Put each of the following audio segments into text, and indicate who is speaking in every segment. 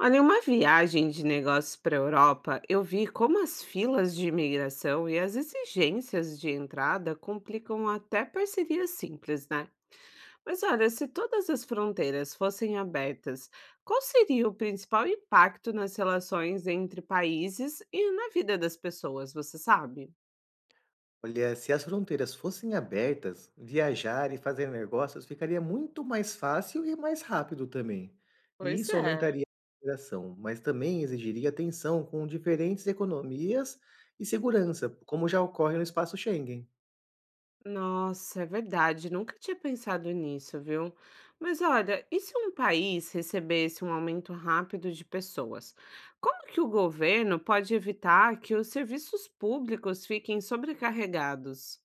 Speaker 1: Olha, em uma viagem de negócios para a Europa, eu vi como as filas de imigração e as exigências de entrada complicam até parcerias simples, né? Mas olha, se todas as fronteiras fossem abertas, qual seria o principal impacto nas relações entre países e na vida das pessoas, você sabe?
Speaker 2: Olha, se as fronteiras fossem abertas, viajar e fazer negócios ficaria muito mais fácil e mais rápido também. E
Speaker 1: Pois
Speaker 2: isso
Speaker 1: é.
Speaker 2: aumentaria a integração, mas também exigiria atenção com diferentes economias e segurança, como já ocorre no espaço Schengen.
Speaker 1: Nossa, é verdade. Nunca tinha pensado nisso, viu? Mas olha, e se um país recebesse um aumento rápido de pessoas? Como que o governo pode evitar que os serviços públicos fiquem sobrecarregados?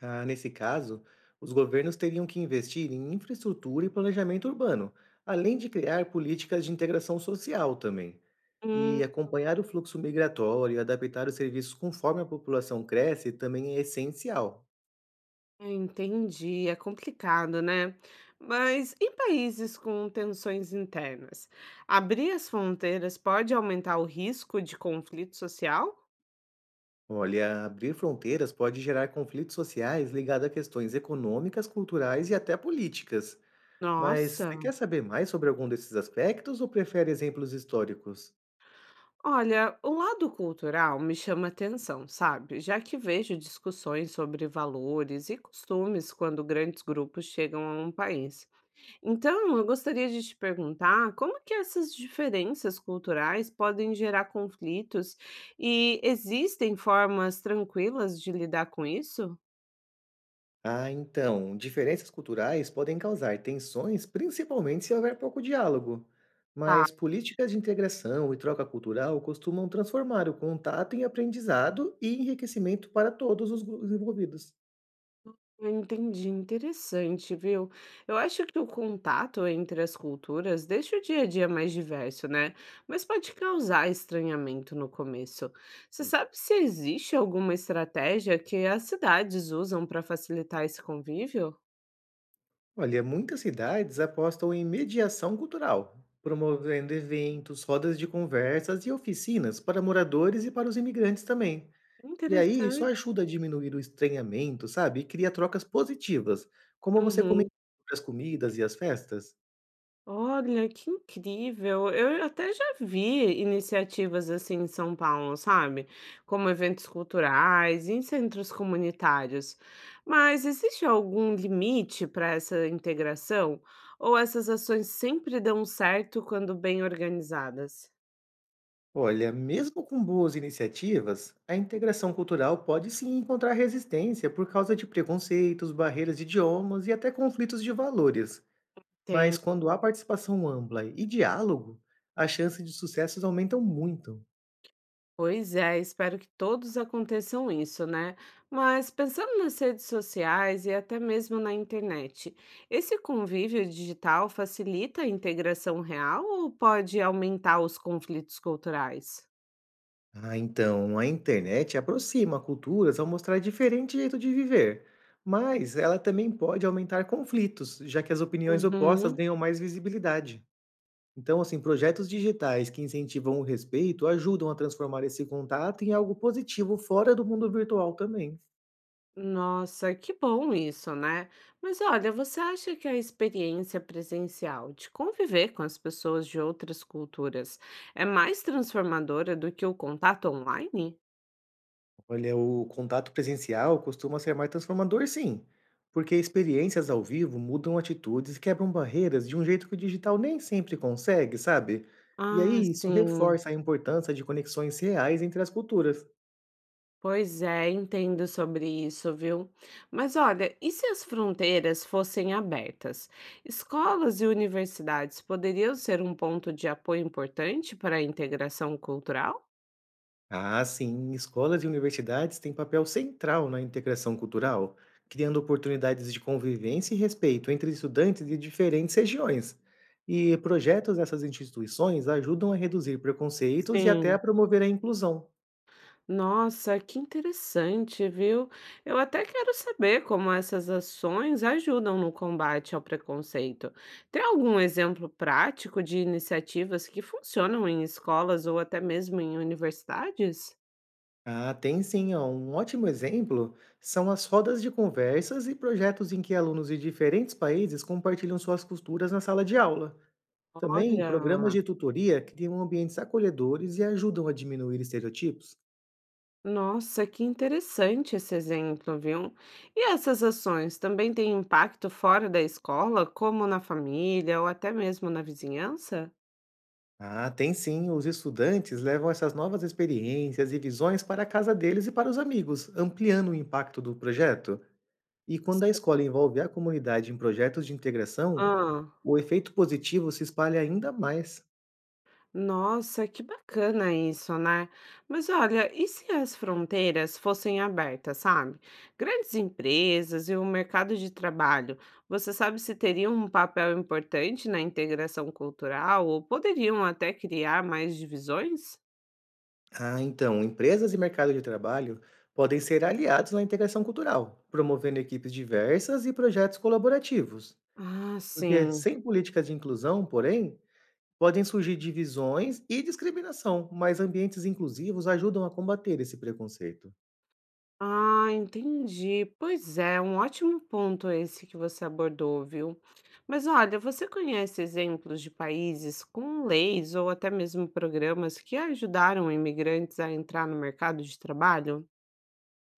Speaker 2: Ah, nesse caso, os governos teriam que investir em infraestrutura e planejamento urbano, além de criar políticas de integração social também. E
Speaker 1: Hum,
Speaker 2: acompanhar o fluxo migratório e adaptar os serviços conforme a população cresce também é essencial.
Speaker 1: entendi. É complicado, né? Mas em países com tensões internas, abrir as fronteiras pode aumentar o risco de conflito social?
Speaker 2: Olha, abrir fronteiras pode gerar conflitos sociais ligados a questões econômicas, culturais e até políticas. Mas você
Speaker 1: Nossa!
Speaker 2: quer saber mais sobre algum desses aspectos ou prefere exemplos históricos?
Speaker 1: Olha, o lado cultural me chama atenção, sabe? Já que vejo discussões sobre valores e costumes quando grandes grupos chegam a um país. Então, eu gostaria de te perguntar como que essas diferenças culturais podem gerar conflitos e existem formas tranquilas de lidar com isso?
Speaker 2: Ah, então, diferenças culturais podem causar tensões, principalmente se houver pouco diálogo.
Speaker 1: Tá.
Speaker 2: Mas políticas de integração e troca cultural costumam transformar o contato em aprendizado e enriquecimento para todos os os envolvidos.
Speaker 1: Ah, entendi, interessante, viu? Eu acho que o contato entre as culturas deixa o dia a dia mais diverso, né? Mas pode causar estranhamento no começo. Você sabe se existe alguma estratégia que as cidades usam para facilitar esse convívio?
Speaker 2: Olha, muitas cidades apostam em mediação cultural, promovendo eventos, rodas de conversas e oficinas para moradores e para os imigrantes também. E aí, isso
Speaker 1: Interessante.
Speaker 2: ajuda a diminuir o estranhamento, sabe, e cria trocas positivas, como você comentou
Speaker 1: Uhum.
Speaker 2: sobre as comidas e as festas.
Speaker 1: Olha, que incrível! Eu até já vi iniciativas assim em São Paulo, sabe? Como eventos culturais, em centros comunitários. Mas existe algum limite para essa integração? Ou essas ações sempre dão certo quando bem organizadas?
Speaker 2: Olha, mesmo com boas iniciativas, a integração cultural pode sim encontrar resistência por causa de preconceitos, barreiras de idiomas e até conflitos de valores.
Speaker 1: Tem.
Speaker 2: Mas quando há participação ampla e diálogo, as chances de sucessos aumentam muito.
Speaker 1: Pois é, espero que todos aconteçam isso, né? Mas pensando nas redes sociais e até mesmo na internet, esse convívio digital facilita a integração real ou pode aumentar os conflitos culturais?
Speaker 2: Ah, então, a internet aproxima culturas ao mostrar diferente jeito de viver, mas ela também pode aumentar conflitos, já que as opiniões opostas
Speaker 1: Uhum.
Speaker 2: ganham mais visibilidade. Então, assim, projetos digitais que incentivam o respeito ajudam a transformar esse contato em algo positivo fora do mundo virtual também.
Speaker 1: Nossa, que bom isso, né? Mas olha, você acha que a experiência presencial de conviver com as pessoas de outras culturas é mais transformadora do que o contato online?
Speaker 2: Olha, o contato presencial costuma ser mais transformador, sim, porque experiências ao vivo mudam atitudes e quebram barreiras de um jeito que o digital nem sempre consegue, sabe? E
Speaker 1: Ah,
Speaker 2: aí isso
Speaker 1: sim.
Speaker 2: reforça a importância de conexões reais entre as culturas.
Speaker 1: Pois é, entendo sobre isso, viu? Mas olha, e se as fronteiras fossem abertas? Escolas e universidades poderiam ser um ponto de apoio importante para a integração cultural?
Speaker 2: Ah, sim, escolas e universidades têm papel central na integração cultural, criando oportunidades de convivência e respeito entre estudantes de diferentes regiões. E projetos dessas instituições ajudam a reduzir preconceitos e até
Speaker 1: Sim.
Speaker 2: a promover a inclusão.
Speaker 1: Nossa, que interessante, viu? Eu até quero saber como essas ações ajudam no combate ao preconceito. Tem algum exemplo prático de iniciativas que funcionam em escolas ou até mesmo em universidades?
Speaker 2: Ah, tem sim, ó. Um ótimo exemplo são as rodas de conversas e projetos em que alunos de diferentes países compartilham suas culturas na sala de aula. Também
Speaker 1: Olha.
Speaker 2: programas de tutoria criam ambientes acolhedores e ajudam a diminuir estereotipos.
Speaker 1: Nossa, que interessante esse exemplo, viu? E essas ações também têm impacto fora da escola, como na família ou até mesmo na vizinhança?
Speaker 2: Ah, tem sim, os estudantes levam essas novas experiências e visões para a casa deles e para os amigos, ampliando o impacto do projeto. E quando a
Speaker 1: Sim.
Speaker 2: escola envolve a comunidade em projetos de integração,
Speaker 1: Ah,
Speaker 2: o efeito positivo se espalha ainda mais.
Speaker 1: nossa, que bacana isso, né? Mas olha, e se as fronteiras fossem abertas, sabe? Grandes empresas e o mercado de trabalho, você sabe se teriam um papel importante na integração cultural ou poderiam até criar mais divisões?
Speaker 2: Ah, então, empresas e mercado de trabalho podem ser aliados na integração cultural, promovendo equipes diversas e projetos colaborativos.
Speaker 1: Ah,
Speaker 2: Porque
Speaker 1: sim.
Speaker 2: sem políticas de inclusão, porém, podem surgir divisões e discriminação, mas ambientes inclusivos ajudam a combater esse preconceito.
Speaker 1: Ah, entendi. Pois é, um ótimo ponto esse que você abordou, viu? Mas olha, você conhece exemplos de países com leis ou até mesmo programas que ajudaram imigrantes a entrar no mercado de trabalho?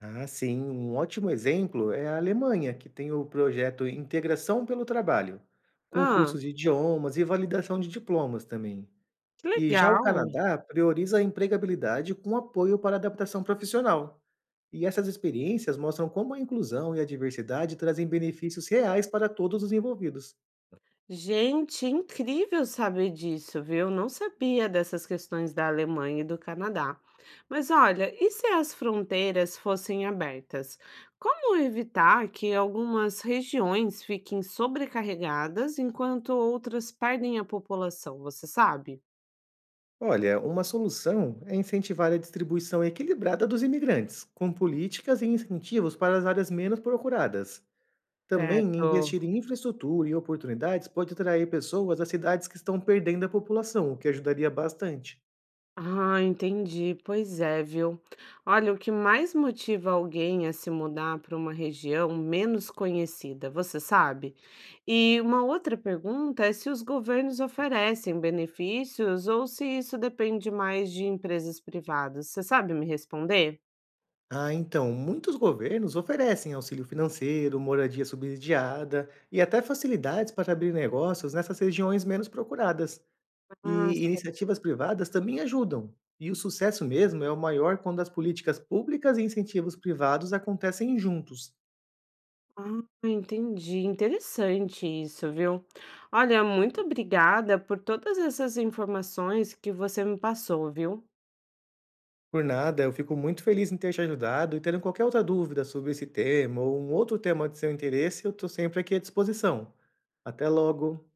Speaker 2: Ah, sim, um ótimo exemplo é a Alemanha, que tem o projeto Integração pelo Trabalho, com
Speaker 1: Ah,
Speaker 2: cursos de idiomas e validação de diplomas também.
Speaker 1: que
Speaker 2: E já o
Speaker 1: legal!
Speaker 2: Canadá prioriza a empregabilidade com apoio para adaptação profissional. E essas experiências mostram como a inclusão e a diversidade trazem benefícios reais para todos os envolvidos.
Speaker 1: Gente, incrível saber disso, viu? Não sabia dessas questões da Alemanha e do Canadá. Mas olha, e se as fronteiras fossem abertas? Como evitar que algumas regiões fiquem sobrecarregadas enquanto outras perdem a população, você sabe?
Speaker 2: Olha, uma solução é incentivar a distribuição equilibrada dos imigrantes, com políticas e incentivos para as áreas menos procuradas. Também
Speaker 1: Certo.
Speaker 2: investir em infraestrutura e oportunidades pode atrair pessoas às cidades que estão perdendo a população, o que ajudaria bastante.
Speaker 1: Ah, entendi. Pois é, viu? Olha, o que mais motiva alguém a se mudar para uma região menos conhecida, você sabe? E uma outra pergunta é se os governos oferecem benefícios ou se isso depende mais de empresas privadas. Você sabe me responder?
Speaker 2: Ah, então, muitos governos oferecem auxílio financeiro, moradia subsidiada e até facilidades para abrir negócios nessas regiões menos procuradas.
Speaker 1: Ah,
Speaker 2: E
Speaker 1: sim.
Speaker 2: iniciativas privadas também ajudam. E o sucesso mesmo é o maior quando as políticas públicas e incentivos privados acontecem juntos.
Speaker 1: Ah, entendi. Interessante isso, viu? Olha, muito obrigada por todas essas informações que você me passou, viu?
Speaker 2: Por nada, eu fico muito feliz em ter te ajudado e tendo qualquer outra dúvida sobre esse tema ou um outro tema de seu interesse, eu estou sempre aqui à disposição. Até logo!